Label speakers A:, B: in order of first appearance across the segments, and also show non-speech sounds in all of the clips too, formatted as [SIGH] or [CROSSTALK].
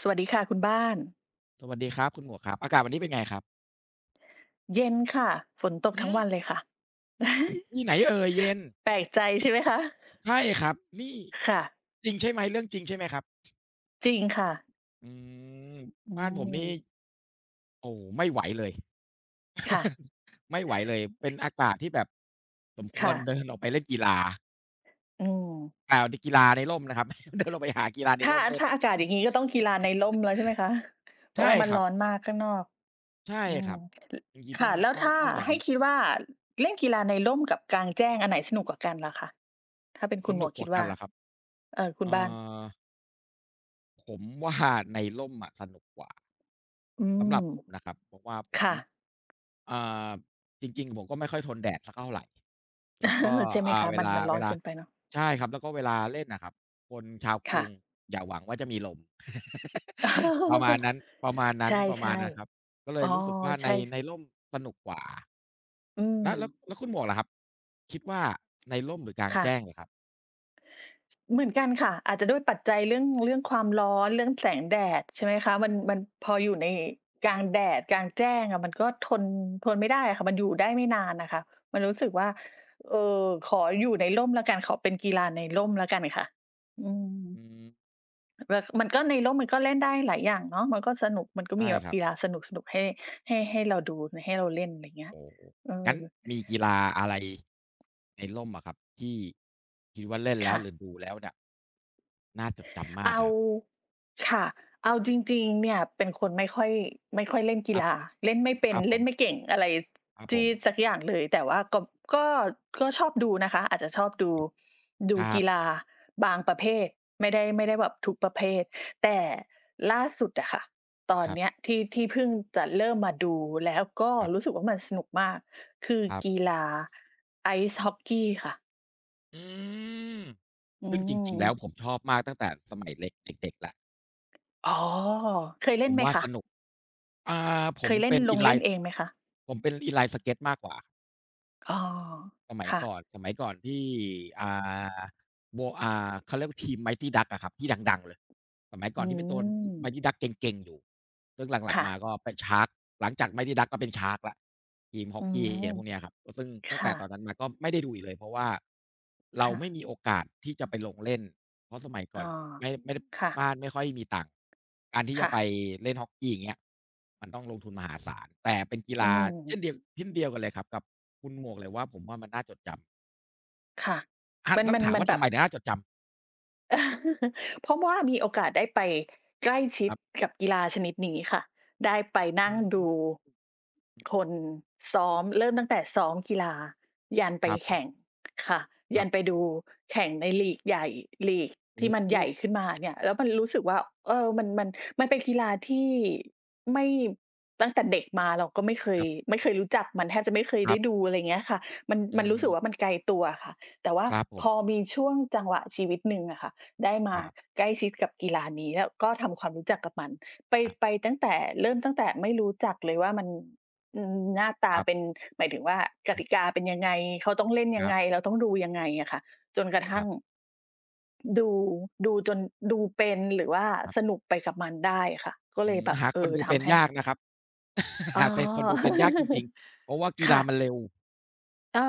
A: สวัสดีค่ะคุณบ้าน
B: สวัสดีครับคุณหมวกครับอากาศวันนี้เป็นไงครับ
A: เย็นค่ะฝนตก
B: อื
A: ทั้ง
B: ม
A: วันเลยค่ะ [LAUGHS]
B: ที่ไหนเอ่ยเย็น
A: แปลกใจใช่ไหมคะ
B: ใช่ครับนี่
A: ค่ะ
B: จริงใช่ไหมเรื่องจริงใช่ไหมครับ
A: จริงค่ะ
B: อืม
A: อื
B: บ้านผม
A: ม
B: นี่โอ้ไม่ไหวเลย
A: ค่ะ
B: ไม่ไหวเลยเป็นอากาศที่แบบสมควร
A: ค่ะ
B: เดินออกไปเล่นกีฬา
A: อืม
B: อ่าดกีฬาในร่มนะครับ [LAUGHS] เดินออกไปหากีฬาใน
A: ถ้า
B: ร่มเล่น
A: ถ้าอากาศอย่างงี้ก็ต้องกีฬาในร่มแล้วใช่ไหมคะเพ
B: ใช่
A: ราะว่ามัน
B: ครับ
A: ร้อนมากข้างนอก
B: ใช่
A: อื
B: ค
A: ม
B: รับจริงๆต้อ
A: ค่ะ
B: ง
A: แล้ว
B: ต้อง
A: ถ้า
B: ต้องอย่าง
A: ให้
B: งั้น
A: คิดว่าเล่นกีฬาในร่มกับกลางแจ้งอันไหนสนุกกว่ากันล่ะคะถ้าเป็น
B: ส
A: คุณหม
B: นุ
A: ว
B: ก
A: ก
B: ก
A: คิด
B: ว่ากัน
A: ว่า
B: เหรอครับ
A: คุณ
B: เอ่
A: บ้าน
B: อผมว่าในร่มอะสนุกกว่า
A: อื
B: สำหรั
A: ม
B: บผมนะครับเพราะว่าผม
A: ค่ะ
B: อ่าจริงๆผมก็ไม่ค่อยทนแดดสักเท่าไรแล้วก็
A: [LAUGHS] ใช่ไหม
B: อ่า
A: คะ
B: เว
A: มัน
B: ลา
A: มันร้
B: เว
A: อน
B: ลา
A: เกินไปเนาะ
B: ใช่ครับแล้วก็เวลาเล่นน่ะครับคนชาวก
A: ค่ะ
B: รุงอย่าหวังว่าจะมีลม [LAUGHS] ประมาณนั้นประมาณ
A: [LAUGHS]
B: นั้น
A: ใช่
B: ประมาณนั้นครับก็เล
A: ๆอ๋
B: ย
A: อ
B: รู้สึกว่าใน
A: ใช่ส
B: ในร่มสนุกกว่า
A: อืม
B: แล้วคุณหมวกล่ะครับคิดว่าในร่มหรือกลาง
A: ค่ะ
B: แจ้งเหรอครับ
A: เหมือนกันค่ะ อาจจะด้วยปัจจัยเรื่องความร้อน เรื่องแสงแดดใช่ไหมคะ มันพออยู่ในกลางแดดกลางแจ้งอะมันก็ทนไม่ได้อะค่ะมันอยู่ได้ไม่นานน่ะค่ะมันรู้สึกว่าขออยู่ในร่มแล้วกันขอเป็นกีฬาในร่มแล้วกันค่ะอืม
B: อืม
A: แบบมันก็ในร่มมันก็เล่นได้หลายอย่างเนาะมันก็สนุกมันก็มี
B: ใช่
A: แบบ
B: ครับ
A: กีฬาสนุกๆให้ให้เราดูให้เราเล่นอะไรอย่างเงี้ย
B: โอ้
A: เออ
B: งั้นมีกีฬาอะไรในร่มอะครับที่คิดว่าเล่นแล้ว
A: ค่ะ
B: หรือดูแล้วเนี่ยน่าจดจำมาก
A: เอา
B: อะครับ
A: ค่ะเอาจริงๆเนี่ยเป็นคนไม่ค่อยเล่น
B: ค
A: กี
B: รับ
A: ฬาเล่นไม่เป็
B: ค
A: น
B: รับผ
A: เล่นไม่
B: ม
A: เก่งอะไร
B: ครับผ
A: ที่
B: ม
A: สักอย่างเลยแต่ว่าก็ก็ชอบดูนะคะอาจจะชอบดูดู
B: ครั
A: กี
B: บ
A: ฬาบางประเภทไม่ได้แบบทุกประเภทแต่ล่าสุดอะค่ะตอน
B: ครั
A: เนี้
B: บ
A: ยที่เพิ่งจะเริ่มมาดูแล้วก็
B: ครั
A: รู้
B: บ
A: สึกว่ามันสนุกมากคือ
B: ครั
A: กี
B: บ
A: ฬา Ice Hockey ค่ะ
B: อืม
A: อื
B: ซึ่งจริงๆแล้วผม
A: ม
B: ชอบมากตั้งแต่สมัยเล็กเด็กๆแล้ว
A: อ๋อเคย
B: ผ
A: เล่น
B: ม
A: ไหม
B: ว่า
A: คะ
B: สนุกอ่าผ
A: เค
B: ม
A: ยเล่น
B: เป็น
A: ลงเล่น เองไหมคะ
B: ผมเป็น inline skate มากกว่า
A: อ๋อ
B: สมัย
A: ค่ะ
B: ก่อนสมัยก่อนที่อ่าโบอ่าเขาเรียกว่าทีม Mighty Ducks อะครับที่ดังๆเลยสมัยก่อ
A: อื
B: นที่เป็นตัว
A: ม
B: Mighty Ducks เก่งๆอยู่ ซึ่งหลัง
A: ค่ะ
B: ๆมาก็เป็น Sharks หลังจาก Mighty Ducks ก็เป็น Sharks แล้วทีมฮอ
A: อื
B: กกี้
A: ม
B: อะไรพวกเนี้ยครับ ซึ่งตั้งแต่
A: ค่ะ
B: ตอนนั้นมาก็ไม่ได้ดูอีกเลย เพราะว่าเรา
A: ค่ะ
B: ไม่มีโอกาสที่จะไปลงเล่น เพราะสมัยก่
A: อ๋
B: อ
A: อ
B: นไม่ได้
A: ค่ะ
B: บ้านไม่ค่อยมีตังค์การที่จะ
A: ค่ะ
B: ไปเล่นฮอกกี้อย่างเงี้ยมันต้องลงทุนมหาศาลแต่เป็นกี
A: อื
B: ฬาเช่นเดียว
A: ม
B: เช่นเดียวกันเลยครับกับคุณหมวกเลยว่าผมว่ามันน่าจดจำ
A: ค่ะ
B: อา
A: มัน
B: ต้อง
A: มัน
B: ถาม
A: มัน
B: ว่า
A: แบ
B: ทำ
A: บ
B: ไมถึงน่าจดจำ
A: [LAUGHS] เพราะว่ามีโอกาสได้ไปใกล้ชิ
B: ค
A: ด
B: รับ
A: กับกีฬาชนิดนี้ค่ะได้ไปนั่
B: อื
A: งดู
B: ม
A: คนซ้อมเริ่มตั้งแต่ซ้อมกีฬายัน
B: ค
A: ไป
B: รับผ
A: แข่ง
B: ม
A: ค่ะ
B: ค
A: ยั
B: รั
A: นไป
B: บ
A: ดูแข่งในลีกใหญ่ลีกที่
B: โอ้
A: มัน
B: โฮ
A: ใหญ่ขึ้นมาเนี่ยแล้วมันรู้สึกว่าเออมันเป็นกีฬาที่ไม่ตั้งแต่เด็กมาเราก็
B: ครับ
A: ไม่เคยรู้จักมันแทบจะไม่เคย
B: ครั
A: ได้ดู
B: บ
A: อะไรย่างเงี้ยค่ะมัน
B: อื
A: มันรู้สึกว่า
B: ม
A: มันไกลตัวค่ะแต่ว่า
B: ครับผ
A: พอ
B: ม
A: มีช่วงจังหวะชีวิตหนึ่งอะค่ะ ได้
B: ค
A: มา
B: รับ
A: ใกล้ชิดกับกีฬานี้แล้วก็ทำความรู้จักกับมันไป
B: ครั
A: ไป
B: บ
A: ตั้งแต่เริ่มตั้งแต่ไม่รู้จักเลยว่ามันอืมหน้าตา
B: ครั
A: เป็น
B: บ
A: หมายถึงว่าก
B: ครั
A: ติ
B: บ
A: กาเป็นยังไงเขาต้องเล่นยั
B: ค
A: ง
B: รั
A: ไง
B: บ
A: เราต้องดูยังไงอะค่ะจนกระ
B: ค
A: ทั่
B: รั
A: ง
B: บ
A: ดูดูจนดูเป็นหรือว่า
B: ครั
A: ส
B: บ
A: นุกไปกับมันได้อะค่ะก็
B: อื
A: เลย
B: ม
A: แบบ
B: หา
A: เอ
B: คน
A: อ
B: ดูเป็น
A: ทำให้
B: ยากนะครับ [LAUGHS]
A: อ๋อ
B: หาเป็นคนดูเป็นยากจริงๆเพราะว่า
A: [LAUGHS]
B: กีฬา
A: ค่ะ
B: มันเร็ว
A: อา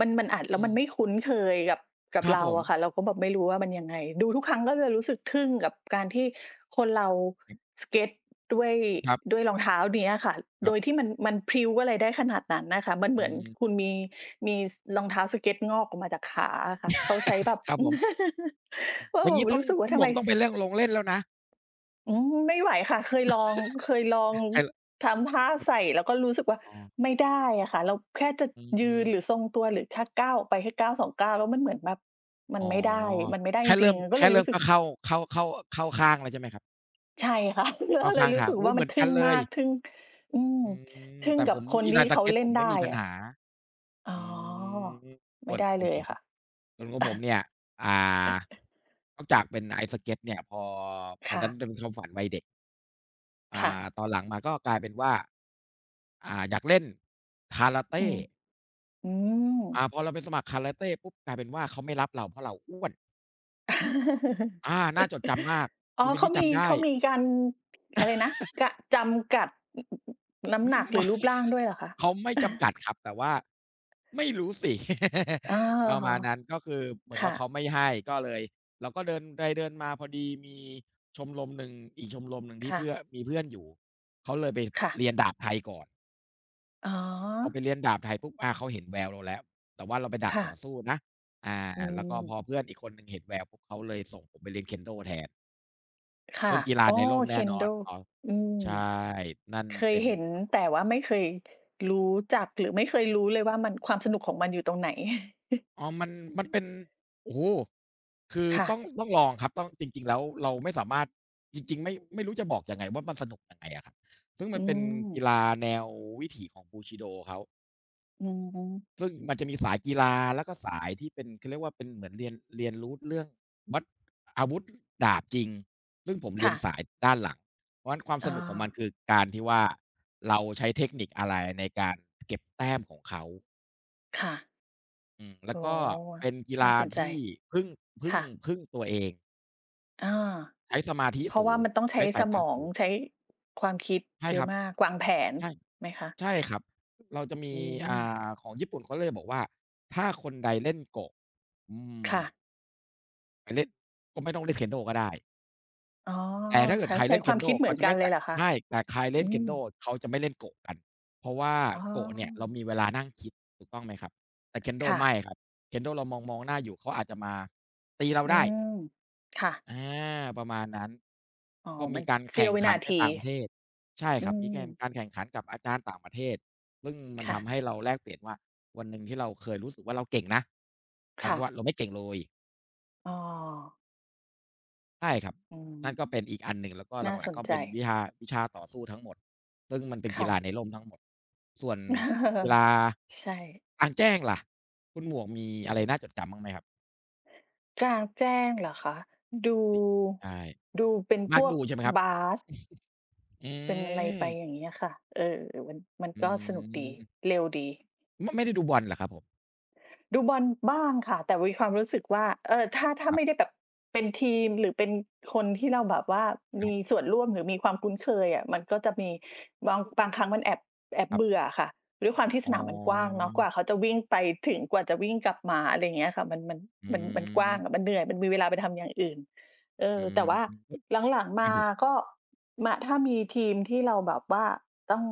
A: มันอาจแล้
B: อื
A: วมันไม่
B: ม
A: คุ้นเคยกับ
B: ครับ
A: เรา
B: ผม
A: อะค่ะเราก็แบบไม่รู้ว่ามันยังไงดูทุกครั้งก็จะรู้สึกทึ่งกับการที่คนเรา
B: ค
A: สเกตด้วย
B: รับ
A: รองเท้าเนี้ยค่ะ
B: ค
A: โด
B: รั
A: ยที่
B: บ
A: มันพริ้วอะไรได้ขนาดนั้นน่ะค่ะมันเห
B: อื
A: มือนคุ
B: ม
A: ณมีสรองเท้าสเกตงอกออกมาจากขาอะค่ะเขาใช้แบบ
B: ครับผม
A: [LAUGHS]
B: อ
A: ว่า
B: ย่า
A: แบ
B: ง
A: บ
B: งี้ต้อง
A: รู้สึก
B: คุ
A: ว่า
B: ณห
A: ทำ
B: มว
A: ไม
B: กต้องไปเล่นลงเล่นแล้วนะ
A: อืมไม่ไหวค่ะเคยลอง
B: ใค
A: ทำท่า
B: แบบ
A: ใส่แล้วก็รู้สึกว่า
B: อ๋อ
A: ไม่ได้อะค่ะเราแค่จะ
B: อื
A: ยืน
B: ม
A: หรือทรงตัวหรือแค่ก้าวออกไปแค่ก้าว2ก้าวแล้วมันเหมือนแบบมั
B: อ๋
A: น
B: อ
A: ไม่ได้จ
B: แค่
A: ริ
B: เริ่
A: ง
B: ม
A: ๆก็เล
B: แค่
A: ย
B: เริ่
A: รู้
B: ม
A: สึก
B: ก็เข้าเข้าข้างแล้วใช่ไหมครับ
A: ใช่ค่ะ [LAUGHS]
B: เข้า
A: ก็เล
B: ข้า
A: ย
B: ง
A: รู้
B: ทาง
A: สึก
B: อุ๊ย
A: ว่า
B: เห
A: มั
B: มื
A: น
B: อนกั
A: ทึ่
B: น
A: ง
B: เลย
A: มากทึ่งอืม
B: อืม
A: ทึ่ง
B: แต่ผ
A: กับ
B: ม
A: คน
B: อีลา
A: ที่
B: นส
A: เขา
B: เก็ตผ
A: เล่น
B: มไม่
A: ได้
B: มีปัญ
A: อะ
B: หา
A: อ๋อ
B: อืมส่
A: ไม่
B: วน
A: ได้
B: ของ
A: เล
B: ผ
A: ย
B: ม
A: ค่ะ
B: ส่วนของผมเนี่ยอ่านอกจากเป็นไอซ์สเก็ตเนี่ยพอพ
A: [LAUGHS]
B: อ
A: ค่ะ
B: นั้นเป็นความฝันวัยเด็กอ่า
A: ค่ะ
B: ตอนหลังมาก็กลายเป็นว่าอยากเล่น
A: อื
B: Karate
A: มอืม
B: พอเราไปสมัครคาราเต้ปุ๊บกลายเป็นว่าเขาไม่รับเราเพราะเราอ้วนอาน่าจดจำมาก
A: อ๋อ
B: อีเวนต์
A: เขา
B: นี้
A: มี
B: จำได้
A: เขา
B: [LAUGHS]
A: มีการอะไรนะกะจำกัดน้ำ
B: อื
A: หนั
B: ม
A: กหรือ
B: ว่า
A: รูปร่างด้วยเหรอคะ
B: เขาไม่จำกัดครับแต่ว่าไม่รู้สิ
A: อ๋
B: [LAUGHS] ประมาณ
A: อ
B: นั้นก็คือเหมือนกับ
A: ค่ะ
B: เขาไม่ให้ก็เลยเราก็เดินไปเดินมาพอดีมีชมรมหนึ่งอีกชมรมหนึ่งที่
A: ค่ะ
B: เพื่อนมีเพื่อนอยู่เขาเลยไป
A: ค่ะ
B: เรียนดาบไทยก่อน
A: อ๋อ
B: พอไปเรียนดาบไทยปุ๊บอาเขาเห็นแววเราแล้วแต่ว่าเราเป็นดาบ
A: ค่ะ
B: ต่อสู้นะอา
A: อื
B: แล้วก็
A: ม
B: พอเพื่อนอีกคนหนึ่งเห็นแววปุ๊บเขาเลยส่งผมไปเรียน Kendo แทน ต้
A: ค่ะ
B: องกีฬา
A: อ๋อ
B: ในร่มแน่นอน
A: Kendo
B: อ๋อ
A: อืม
B: ใช่ นั่น
A: เคย
B: เป็น
A: เห็นแต่ว่าไม่เคยรู้จักหรือไม่เคยรู้เลยว่ามันความสนุกของมันอยู่ตรงไหน [LAUGHS]
B: อ๋อมันเป็น โอ้โฮคือ
A: ค่ะ
B: ต้องลองครับต้องจริงๆแล้วเราไม่สามารถ จริงๆไม่รู้จะบอกยังไงว่ามันสนุกยังไงอะครับ ซึ่งมั
A: อื
B: นเป็น
A: ม
B: กีฬาแนววิถีของ Bushido เขา
A: อือฮึ
B: ซึ่งมันจะมีสายกีฬาแล้วก็สายที่เป็นเขาเรียกว่าเป็นเหมือนเรียนรู้เรื่องวัดอาวุธดาบจริงซึ่งผมเรียน
A: ค่ะ
B: สายด้านหลังเพราะงั้นความส
A: อา
B: นุกของมันคือการที่ว่าเราใช้เทคนิคอะไรในการเก็บแต้มของเขา
A: ค่ะ
B: อืมแล้ว
A: โอ้
B: ก็
A: โฮ
B: เป็นกี
A: น่า
B: ฬา
A: สนใจ
B: ที่พึ่งพึ่ง
A: ค่ะ
B: พึ่งตัวเอง
A: อา
B: ใช้สมาธิ
A: เพราะ
B: สู
A: ว่า
B: ง
A: มันต้องใช้
B: ใช้สา
A: ส
B: ย
A: ม
B: ตา
A: อง
B: สูง
A: ใช้ความคิด
B: ใช่
A: เย
B: ค
A: อะ
B: รับ
A: มากวางแผน
B: ใช่
A: ไหมคะ
B: ใช่ครับเราจะมี
A: อืม
B: อ่ของญี่ปุ่นเขาเลยบอกว่าถ้าคนใดเล่นโกะอืม
A: ค่ะ
B: ไปเล่นก็ไม่ต้องเล่น Kendo ก็ได้
A: อ๋อ
B: แต่ถ้าเกิด
A: เขา
B: ใคร
A: ใช้
B: เล่น
A: ความ
B: Kendo
A: คิดเหมื
B: เขา
A: อน
B: จะ
A: กัน
B: ไม่
A: เลย
B: แตะ
A: เหรอคะ
B: ใช่แต่ใครเล่
A: อื
B: น
A: ม
B: Kendo เขาจะไม่เล่นโกะกันเพราะว่า
A: อ๋
B: โกะเนี่ยเรา
A: อ
B: มีเวลานั่งคิดถูกต้องไหมครับแต่ Kendo
A: ค่ะ
B: ไม่ครับ Kendo เรามองมองหน้าอยู่เขาอาจจะมาตีเรา
A: อื
B: ได้
A: มค่ะ
B: อาประมาณนั้น
A: อ๋อ
B: ก็มี
A: มัน
B: การ
A: เสี้
B: แข่
A: ยว
B: ง
A: วิ
B: ขั
A: นา
B: นไป
A: ที
B: ต่างประเทศใช่ค
A: อื
B: รับมีแก
A: ม
B: นการแข่งขันกับอาจารย์ต่างประเทศซึ่งมันทำให้
A: ค่ะ
B: เราแลกเปลี่ยนว่าวันหนึ่งที่เราเคยรู้สึกว่าเราเก่งนะกลายเป็
A: ค่ะ
B: นว่าเราไม่เก่งเลย
A: อ้อ
B: ใช่ครับ
A: อืม
B: นั่นก็เป็นอีกอันหนึ่งแล้วก็ห
A: น่า
B: ลั
A: ส
B: งๆ
A: น
B: ก็
A: ใจ
B: เป็นวิชาต่อสู้ทั้งหมดซึ่งมันเป็นกี
A: ค่ะ
B: ฬาในร่มทั้งหมดส่วนกีฬา
A: [LAUGHS] ใช่
B: กลางแจ้งล่ะคุณหมวกมีอะไรน่าจดจำบ้างไหมครับ
A: กลางแจ้งเหรอคะดู
B: ใช่
A: ดูเป็นพ
B: มัก
A: วก
B: ดูใช่ไหมครับ
A: บาส
B: อื
A: เป็นอะไรไปอ
B: ม
A: ย่างเงี้ยค่ะเออมันมัน
B: อื
A: ก็สนุกดี
B: ม
A: เร็วดี
B: มไม่ได้ดูบอลเหรอครับผม
A: ดูบอลบ้างค่ะแต่มีความรู้สึกว่าถ้า
B: ครั
A: ไม่ได้
B: บ
A: แบบเป็นทีมหรือเป็นคนที่เราแบบว่า
B: ครั
A: มี
B: บ
A: ส่วนร่วมหรือมีความคุ้นเคยอะมันก็จะมีบางครั้งมันแอบ
B: ครั
A: เบื่อ
B: บ
A: อะค่ะด้วยความที่
B: อ๋
A: สนามมันกว้าง
B: อ
A: เนาะกว่าเขาจะวิ่งไปถึงกว่าจะวิ่งกลับมาอะไรอย่างเงี้ยค่ะมันมัน
B: อื
A: มันมันกว้างอะมั
B: ม
A: นเหนื่อยมันมีเวลาไปทำอย่างอื่นเอ
B: อื
A: อ
B: ม
A: แต่ว่าหลังๆ
B: ครับ
A: มา
B: ผม
A: ก็มาถ้ามีทีมที่เราแบบว่าต้อง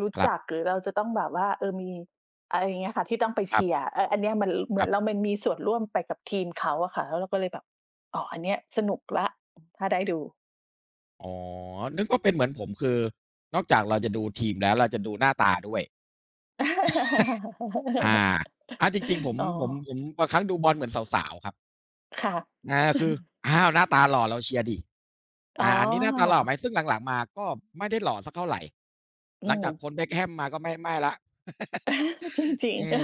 A: รู้
B: ครั
A: จักห
B: บ
A: รือเราจะต้องแบบว่าเออมี อะไรอย่างเงี้ยค่ะที่ต้องไป
B: ครั
A: เชียร์
B: บ
A: เอออันเนี้ยมันเห
B: ค
A: มือ
B: รั
A: นเรา
B: บ
A: มันมีส่วนร่วมไปกับทีมเขาอะค่ะแล้วเราก็เลยแบบอ๋ออันเนี้ยสนุกแล้วถ้าได้ดู
B: อ๋อนึกว่าเป็นเหมือนผมคือนอกจากเราจะดูทีมแล้วเราจะดูหน้าตาด้วย อาอาจริงๆผม
A: [LAUGHS] อ๋อ
B: ผมผมบางครั้งดูบอลเหมือนสาวๆครับ
A: ค่ะ
B: คืออ้าวหน้าตาหล่อเราเชียร์ดิ
A: [LAUGHS] อ๋อ
B: อันนี้หน้าตาหล่อไหมซึ่งหลังๆมาก็ไม่ได้หล่อสักเท่าไร
A: อื
B: หลัง
A: ม
B: จากพ้น Beckham มาก็ไม่แล้ว
A: [LAUGHS] จริ
B: [LAUGHS]
A: ง
B: เออ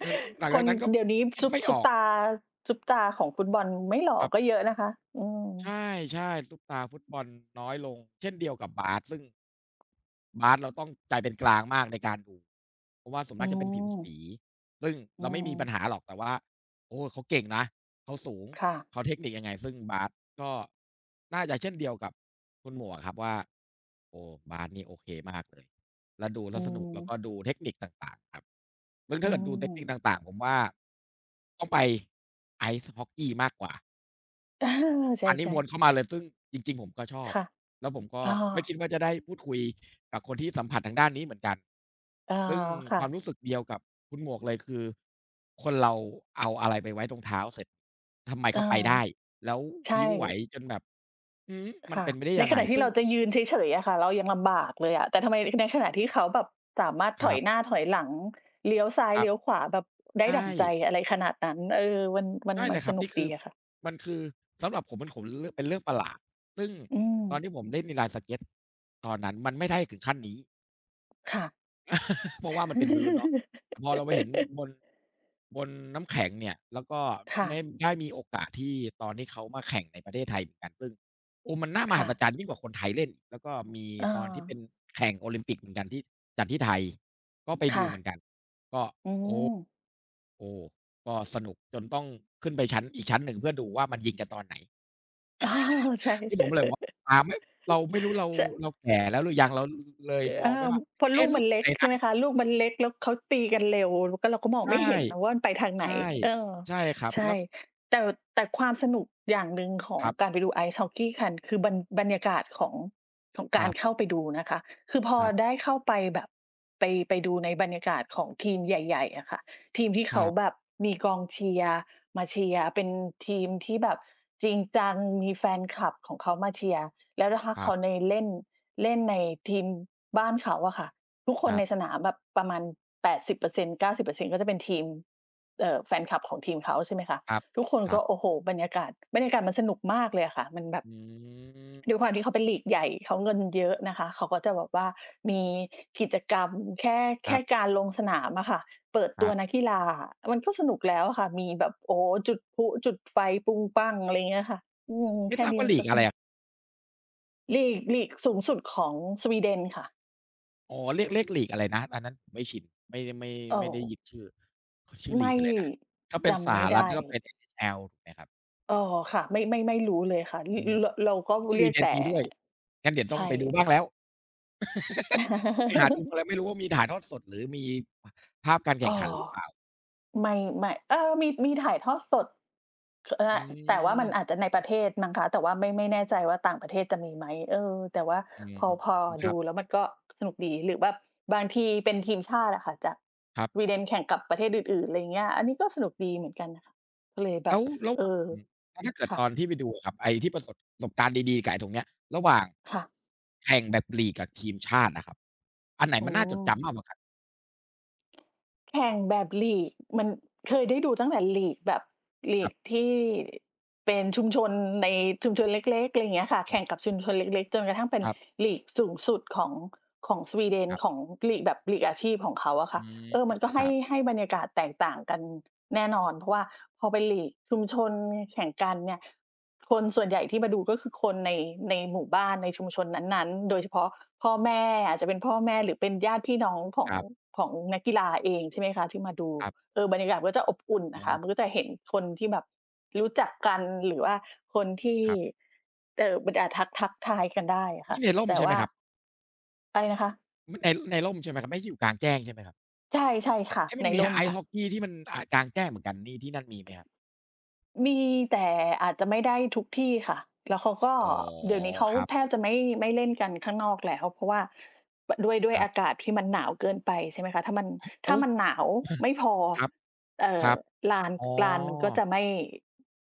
B: ก็หลัง
A: ค
B: จา
A: น
B: กนั้นก็
A: เดี๋ยวนี้
B: คิดไม่อ
A: ซุป
B: อก
A: ตาซุปตาของฟุตบอลไม่หล่อ
B: ครั
A: ก็เย
B: บ
A: อะนะคะอืม
B: ใช่ๆซุปตาร์ฟุตบอลน้อยลงเช่นเดียวกับบาสซึ่ง บาสเราต้องใจเป็นกลางมากในการดูเพราะว่าส่วน
A: อื
B: มากจะเป็นผิวสี
A: ม
B: ซึ่ง
A: อื
B: เราไม่มีปัญหา
A: ม
B: หรอกแต่ว่าโอ้เขาเก่งนะเขาสูง
A: ค่ะ
B: เขาเทคนิคยังไงซึ่งบาสก็น่าจะเช่นเดียวกับคุณหมวกครับว่าโอ้บาสนี่โอเคมากเลยแล้วดู
A: อื
B: แล้วสนุกแล้วก็
A: ม
B: ดูเทคนิคต่างๆครับซึ่งถ้า
A: อื
B: เกิดดูเทคนิค
A: ม
B: ต่างๆผมว่าต้องไป Ice Hockey มากกว่า
A: [LAUGHS] เออใช
B: อันนี้
A: ่
B: วนเข้า
A: ๆ
B: มาเลยซึ่งจริงๆผมก็ชอบ
A: ค่ะ
B: แล้วผมก็
A: อ้อ
B: ไม่คิดว่าจะได้พูดคุยกับคนที่สัมผัสทางด้านนี้เหมือนกัน
A: อา
B: ซึ่งค
A: ค่ะ
B: วามรู้สึกเดียวกับคุณหมวกเลยคือคนเราเอาอะไรไปไว้ตรงเท้าเสร็จทำไม
A: เออ
B: เขาไปได้แล้วพ
A: ใช่
B: ริ้วไหวจนแบบหือมัน
A: ค่ะ
B: เป็นไปได้
A: ใน
B: ยัง
A: ข
B: ไง
A: ณะที่
B: ซึ่ง
A: เราจะยืนเฉยๆอะค่ะเรายังลำบากเลยอะแต่ทำไมในขณะที่เขาแบบสามารถ
B: ค
A: ถอ
B: รั
A: ยห
B: บ
A: น้าถอยหลังเลี้ยวซ้า
B: ค
A: ย
B: รับ
A: เลี้ยวขวาแบบได้
B: ใช่
A: ดั่งใจอะไรขนาดนั้นเออ
B: ใช่
A: มั
B: เล
A: น
B: ยค
A: ส
B: รับ
A: นุก
B: นี่คื
A: ดี
B: อ
A: อะค่ะ
B: มันคือสำหรับผมมันขมเรื่องเป็นเรื่องประหลาดซึ่ง
A: อืม
B: ตอนที่ผมเล่นในลายสเก็ตตอนนั้นมันไม่ได้ถึงขั้นนี้
A: ค่ะ
B: เพราะว่ามันเป็นพื้นเนาะพอเราไปเห็น
A: [LAUGHS]
B: บนบนน้ำแข็งเนี่ยแล้วก็
A: ค่ะ
B: ไม่ได้มีโอกาสที่ตอนที่เขามาแข่งในประเทศไทยเหมือนกันซึ่งโอ้มันน่ามหั
A: ค่ะ
B: ศจรรย์ยิ่งกว่าคนไทยเล่นแล้วก็มี
A: เออ
B: ตอนที่เป็นแข่งโอลิมปิกเหมือนกันที่จัดที่ไทยก็ไปดู
A: ค่ะ
B: เหมือนกันก็
A: อืม [LAUGHS]
B: โอ้ก็สนุกจนต้องขึ้นไปชั้นอีกชั้นหนึ่งเพื่อดูว่ามันยิงกันตอนไหน
A: อ๋อใช่
B: นี่ผมเลยบอกว่าตา
A: [LAUGHS]
B: ไม่เราไม่รู้เรา
A: ใช่
B: เราแก่แล้วหรือยังเราเลย
A: เ
B: ม
A: อ
B: องไม่
A: อ
B: ว่า
A: พอลู
B: เอ๊ะ
A: ก
B: ลู
A: มั
B: ก
A: น
B: อยู่
A: เล็
B: ไห
A: ก
B: น
A: ใช่
B: นะ
A: ไหมคะลูกมันเล็กแล้วเขาตีกันเร็วแล้วก็เราก็มองไม่
B: ใช่
A: เห็นนะว่ามันไปทางไหน
B: ใช่
A: เออ
B: ใช่ครับแล้
A: ใช่
B: ว
A: แต่แต่ความสนุกอย่างหนึ่งขอ
B: ค
A: ง
B: รั
A: การ
B: บ
A: ไปดูไอซ์ฮอกกี้กันคือบรรยากาศของของ
B: ค
A: กา
B: รั
A: รเข้า
B: บ
A: ไปดูนะคะคือพอ
B: ครับ
A: ได้เข้าไปแบบไปดูในบรรยากาศของทีมใหญ่ๆอะค่ะทีมที่
B: ค
A: เขา
B: รั
A: แบ
B: บ
A: บมีกองเชียร์ มาเชียร์เป็นทีมที่แบบจริงจังมีแฟนคลับของเขามาเชียร์แล้วถ้า
B: ครั
A: เขาใน
B: บ
A: เล่นเล่นในทีมบ้านเขาอะค่ะทุกค
B: ค
A: น
B: รั
A: ในส
B: บ
A: นามแบบประมาณ80% 90%กาสิบเปอร์เซ็นต์ก็จะเป็นทีมแฟนคลับของทีมเขาใช่ไหมคะ
B: ครับ
A: ทุกคน
B: ครั
A: ก็โอ้
B: บ
A: โฮบรรยากาศมันสนุกมากเลยอะค่ะมันแบบ
B: อื
A: ด้
B: ม
A: วยความที่เขาเป็นลีกใหญ่เขาเงินเยอะนะคะเขาก็จะแบบว่ามีกิจกรรมแค่
B: ครั
A: แค่
B: บ
A: การลงสนามอะค่ะเปิด
B: ค
A: ตั
B: รั
A: วนัก
B: บ
A: กีฬามันก็สนุกแล้วอะค่ะมีแบบโอ้โฮจุดพลุจุดไฟปุ้งปั้งอะไรเงี้ยค่ะอืม
B: ไม่ท
A: แค่
B: ราบ
A: นี้
B: ว่า
A: มัน
B: ลีก
A: ก็ส
B: อะไร
A: นุก
B: อะ
A: ลีกสูงสุดของสวีเดนค่ะ
B: อ๋อเรียกเรียกลีกอะไรนะอันนั้นผมไม่ชินไม่
A: เออ
B: ไม่ได้ยินชื่อเขาชื่อลีก
A: ไม่
B: อะไรนะถ้าเป็นส
A: จำ
B: ห
A: ไม่
B: รัฐ
A: ได้
B: ก็เป็น NHL ถูกไหมครับ
A: เออค่ะไม่รู้เลยค่ะ
B: อ๋อ
A: เราก็
B: ส
A: เรี
B: วี
A: ยก
B: เดน
A: แต่
B: มีด้วยงั้นเดี๋ยวต้อง
A: ใช่
B: ไปดูบ้างแล้วต้องไปหาดูมาแล้วไม่รู้ว่ามีถ่ายทอดสดหรือมีภาพการ
A: [LAUGHS] ออ
B: แข่งขัน
A: อ
B: หรือเปล่า
A: ไม่ไม่เออมีถ่ายทอดสดอ
B: อื
A: อแต่ว่ามันอาจ
B: ม
A: จะในประเทศมั้งคะแต่ว่าไม่แน่ใจว่าต่างประเทศจะมีไหมเออแต่ว่า
B: อืม
A: พอ
B: ครั
A: ดู
B: บ
A: แล้วมันก็สนุกดีหรือแบบบางทีเป็นทีมชาติอะค่ะจาก
B: ครั
A: ส
B: บ
A: วีเดนแข่งกับประเทศอื่นๆอะไรอย่างเงี้ยอันนี้ก็สนุกดีเหมือนกันน่ะค่ะก็เลยแบ
B: แล้
A: บ
B: วระห
A: เอ
B: ว่าง
A: อ
B: แล้วถ้าเกิด
A: ค่ะ
B: ตอนที่ไปดูอะครับไอ้ที่ประสบประสบการณ์ดีๆกับไอ้ตรงเนี้ยระหว่าง
A: ค่ะ
B: แข่งแบบลีกกับทีมชาติอะครับอันไหนมั
A: อื
B: นน่าจด
A: ม
B: จำมากกว่ากัน
A: แข่งแบบลีกมันเคยได้ดูตั้งแต่ลีกแบบลี
B: ครั
A: ก
B: บ
A: ที่เป็นชุมชนในชุมชนเล็กๆอะไรอย่างเงี้ยค่ะ
B: อื
A: แข่งกั
B: ม
A: บชุมชนเล็กๆจนกระทั่งเป็น
B: ครับ
A: ลีกสูงสุดของของสวีเดน
B: ครั
A: ของ
B: บ
A: ลีกแบบลีกอาชีพของเขาอะ
B: อื
A: ค่ะ
B: ม
A: เออมันก็
B: ครับ
A: ให้บรรยากาศแตกต่างกันแน่นอนเพราะว่าพอเป็นลีกชุมชนแข่งกันเนี่ย คนส่วนใหญ่ที่มาดูก็คือคนในในหมู่บ้านในชุมชนนั้นๆ โดยเฉพาะพ่อแม่อาจจะเป็นพ่อแม่หรือเป็นญาติพี่น้องขอ
B: ค
A: ง
B: รับ
A: ของนักกีฬาเองใช่ไหมคะที่มาดู
B: ครับ
A: เออบรรยากาศก็จะอบอุ่น
B: อ๋
A: น่ะค่ะมัน
B: อ
A: ก็จะเห็นคนที่แบบรู้จักกันหรือว่าคนที่
B: ครับ
A: มันอาจทักทายกันได้อะ
B: นี่
A: ค่ะ
B: ในร่ม
A: แต่
B: ใช่ไหม
A: ว่า
B: ครับ
A: อะไรนะคะ
B: มันในร่มใช่ไหมครับไม่ได้อยู่กลางแจ้งใช่ไหมครับ
A: ใช่ใช่ค่ะ
B: เอ๊ะมั
A: ใน
B: นมี
A: ร่ม
B: ไอซ์
A: ค่ะ
B: ฮอกกีที่มันอ่ากลางแจ้งเหมือนกันนี่ที่นั่นมีไหมครับ
A: มีแต่อาจจะไม่ได้ทุกที่ค่ะแล้วเขาก็
B: อ๋อ
A: เดี๋ยวนี้เขา
B: ครับ
A: แทบจะไม่ไม่เล่นกันข้างนอกแล้วเพราะว่าด้วย
B: ครั
A: อา
B: บ
A: กาศที่มันหนาวเกินไปใช่ไหมคะถ้ามัน
B: โอ้
A: ถ้ามันหนาวไม่
B: [LAUGHS]
A: พอ
B: ครับ
A: เอ่
B: ค
A: อ
B: รับ
A: ลาน
B: อ๋
A: ลานมันก็
B: อ
A: จะไม่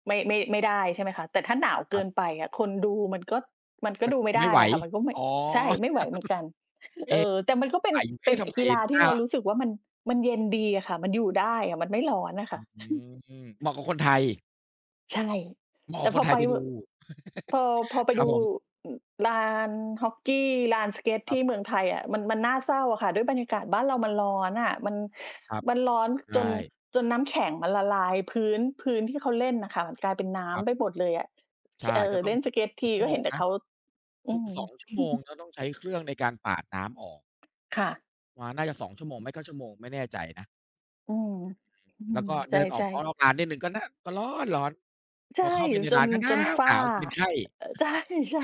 A: ไม่ไม่ไม่ได้ใช่ไหมคะแต่ถ้าหนาว
B: ค
A: เกิ
B: รั
A: น
B: บ
A: ไปอะคนดูมันก็มันก็ดูไม่
B: ไม่
A: ได้
B: ไหว
A: อะค่ะมันก็ไม่
B: อ๋อ
A: ใช่ไม่ไหวเหมือนกันเอ
B: เอ๊ะ
A: อแต่มันก็เป็น
B: ใส่เอ๊ะทำไม
A: กีฬา
B: ห
A: ที่
B: น้า
A: เรารู้สึกว่ามันมันเย็นดีอะค่ะมันอยู่ได้อะมันไม่ร้อนอะ
B: อื
A: ค่ะ
B: มเหมาะกับคนไทย
A: ใช่
B: เหมาะกั
A: แต่
B: บคนไทยไปดู
A: พอพอไป
B: ครั
A: ดู
B: บผม
A: อือลานฮอกกี้ลานสเกต
B: ครั
A: ที่เมื
B: บ
A: องไทยอะมันน่าเศร้าอะค่ะด้วยบรรยากาศบ้านเรามันร้อนอะ
B: ครับ
A: มันร้อน
B: ใช
A: จน
B: ่
A: จนน้ำแข็งมันละลายพื้นที่เขาเล่นน่ะค่ะมันกลายเป็น
B: ครั
A: น้ำไป
B: บ
A: หมดเลยอะ
B: ใช่
A: เอ่อ
B: ก็ต้อง
A: เล่นส
B: ทุก
A: เกต
B: กี่
A: ที
B: ชั่ว
A: ก็
B: โม
A: เห็
B: ง
A: นแต่
B: นะ
A: เขาอื
B: ทุก
A: ม
B: สองชั่วโมงก็ต้องใช้เครื่องในการปาดน้ำออก
A: ค่ะ
B: มาน่าจะสองชั่วโมงไม่ก็ชั่วโมงไม่แน่ใจนะ
A: อืมอื
B: แล้
A: ม
B: วก็
A: ใช
B: เดินออก
A: ่
B: นอก
A: ๆ
B: ร้านนิดหนึ่งก็น่าก็ร้อนร้อนพ
A: ใช่
B: อเข้าไปใน
A: จ
B: ร้า
A: น
B: นก็ห
A: จ
B: นา
A: น
B: วห
A: ฝ้า
B: นาวจะเป็นไข้
A: [LAUGHS] ใช่ [LAUGHS] ใช่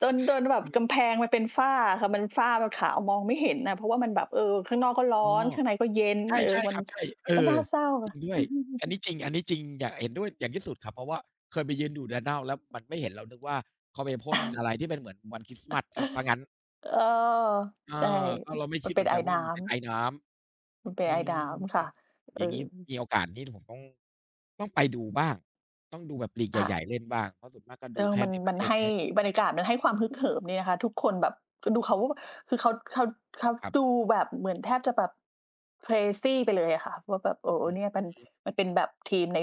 A: จนจนแบบ
B: อืม
A: กำแพงมันเป็นฝ้าอะค่ะมันมันขาวมองไม่เห็นน่ะเพราะว่ามันแบบเออข้างนอกก็
B: อ๋
A: ร้
B: อ
A: อนข้างในก็เย็น
B: ใช่
A: เออ
B: ใช่
A: มั
B: ค
A: น
B: รับใช่เอ
A: มัน
B: อ
A: น่าเศร้า
B: จริ
A: อะ
B: งด้วยอันนี้จริงอันนี้จริงอยากเห็นด้วยอย่างที่สุดครับเพราะว่าเคยไปยืนอยู่ Downtown แล้วมันไม่เห็นเรานึกว่าเขาไปพ่นอะไรที่เป็นเหมือนวันคริสต์มาสเสียเสียงั้น
A: [LAUGHS] เออ
B: เออ
A: ใช่
B: ก็เราไม่
A: มั
B: คิ
A: น
B: ดเห
A: เป็
B: มื
A: น
B: อน
A: ไอ
B: กันว่า
A: น้
B: มันเป็นไอน้
A: ำมัน
B: ำ
A: เป็
B: อื
A: นไอ
B: ม
A: น้ำค่ะเอ
B: อ
A: อ
B: ย่างงี้มีโอกาสนี้ผมต้องต้องไปดูบ้างต้องดูแบบลีก
A: ค่ะ
B: ใหญ่ๆเล่นบ้างเพราะส่วนมากก็ดู
A: เออ
B: แค่
A: มัน
B: ในป
A: มั
B: ระ
A: น
B: เทศแค่
A: บรรยากาศมันให้ความฮึกเหิมดีนะคะทุกคนแบบคือดูเขาคือเขา
B: ครั
A: ดู
B: บ
A: แบบเหมือนแทบจะแบบ crazy ไปเลยอะค่ะว่าแบบโอ้
B: อื
A: เนี่ย
B: อ
A: มันเป็นแบบทีมใน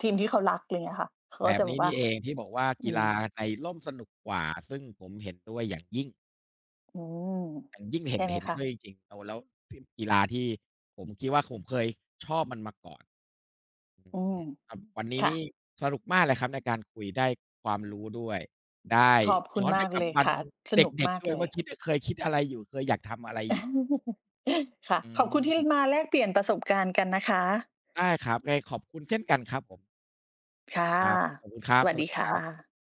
A: ทีมที่เขารักไรเงี้ยค่ะเขา
B: แบ
A: ก็
B: บ
A: จะแบ
B: นี้
A: บว่า
B: นี่เองที่บอกว่า
A: อื
B: กี
A: ม
B: ฬาในร่มสนุกกว่าซึ่งผมเห็นด้วยอย่างยิ่ง
A: อืม
B: แต่ยิ่งเห็น
A: ใช่ไหม
B: เห็น
A: คะ
B: ด้วยจริงๆเลาแล้วที่กีฬาที่ผมคิดว่าผมเคยชอบมันมาก่อนอือฮ
A: อืม
B: ึครับวันนี้
A: ค่ะ
B: นี่สนุกมากเลยครับในการคุยได้ความรู้ด้วยได้
A: ขอบคุ
B: ย้
A: ณ
B: อนไป
A: มาก
B: กับ
A: เลย
B: วัน
A: ค่ะสนุก
B: เด็ก
A: มา
B: ๆ
A: ก
B: ด้วย
A: เลย
B: ว่าคิดเคยคิดอะไรอยู่เคยอยากทำอะไรอยู่
A: [LAUGHS] ค่ะ
B: อื
A: ขอบคุณที่
B: ม
A: มาแลกเปลี่ยนประสบการณ์กันนะคะ
B: ได้ครับไงขอบคุณเช่นกันครับผม
A: ค่ะ
B: ครับขอบคุณครั
A: ส
B: บ
A: วั
B: ส
A: ส
B: วัส
A: ดี
B: ดีค
A: ค่
B: รับ
A: ะ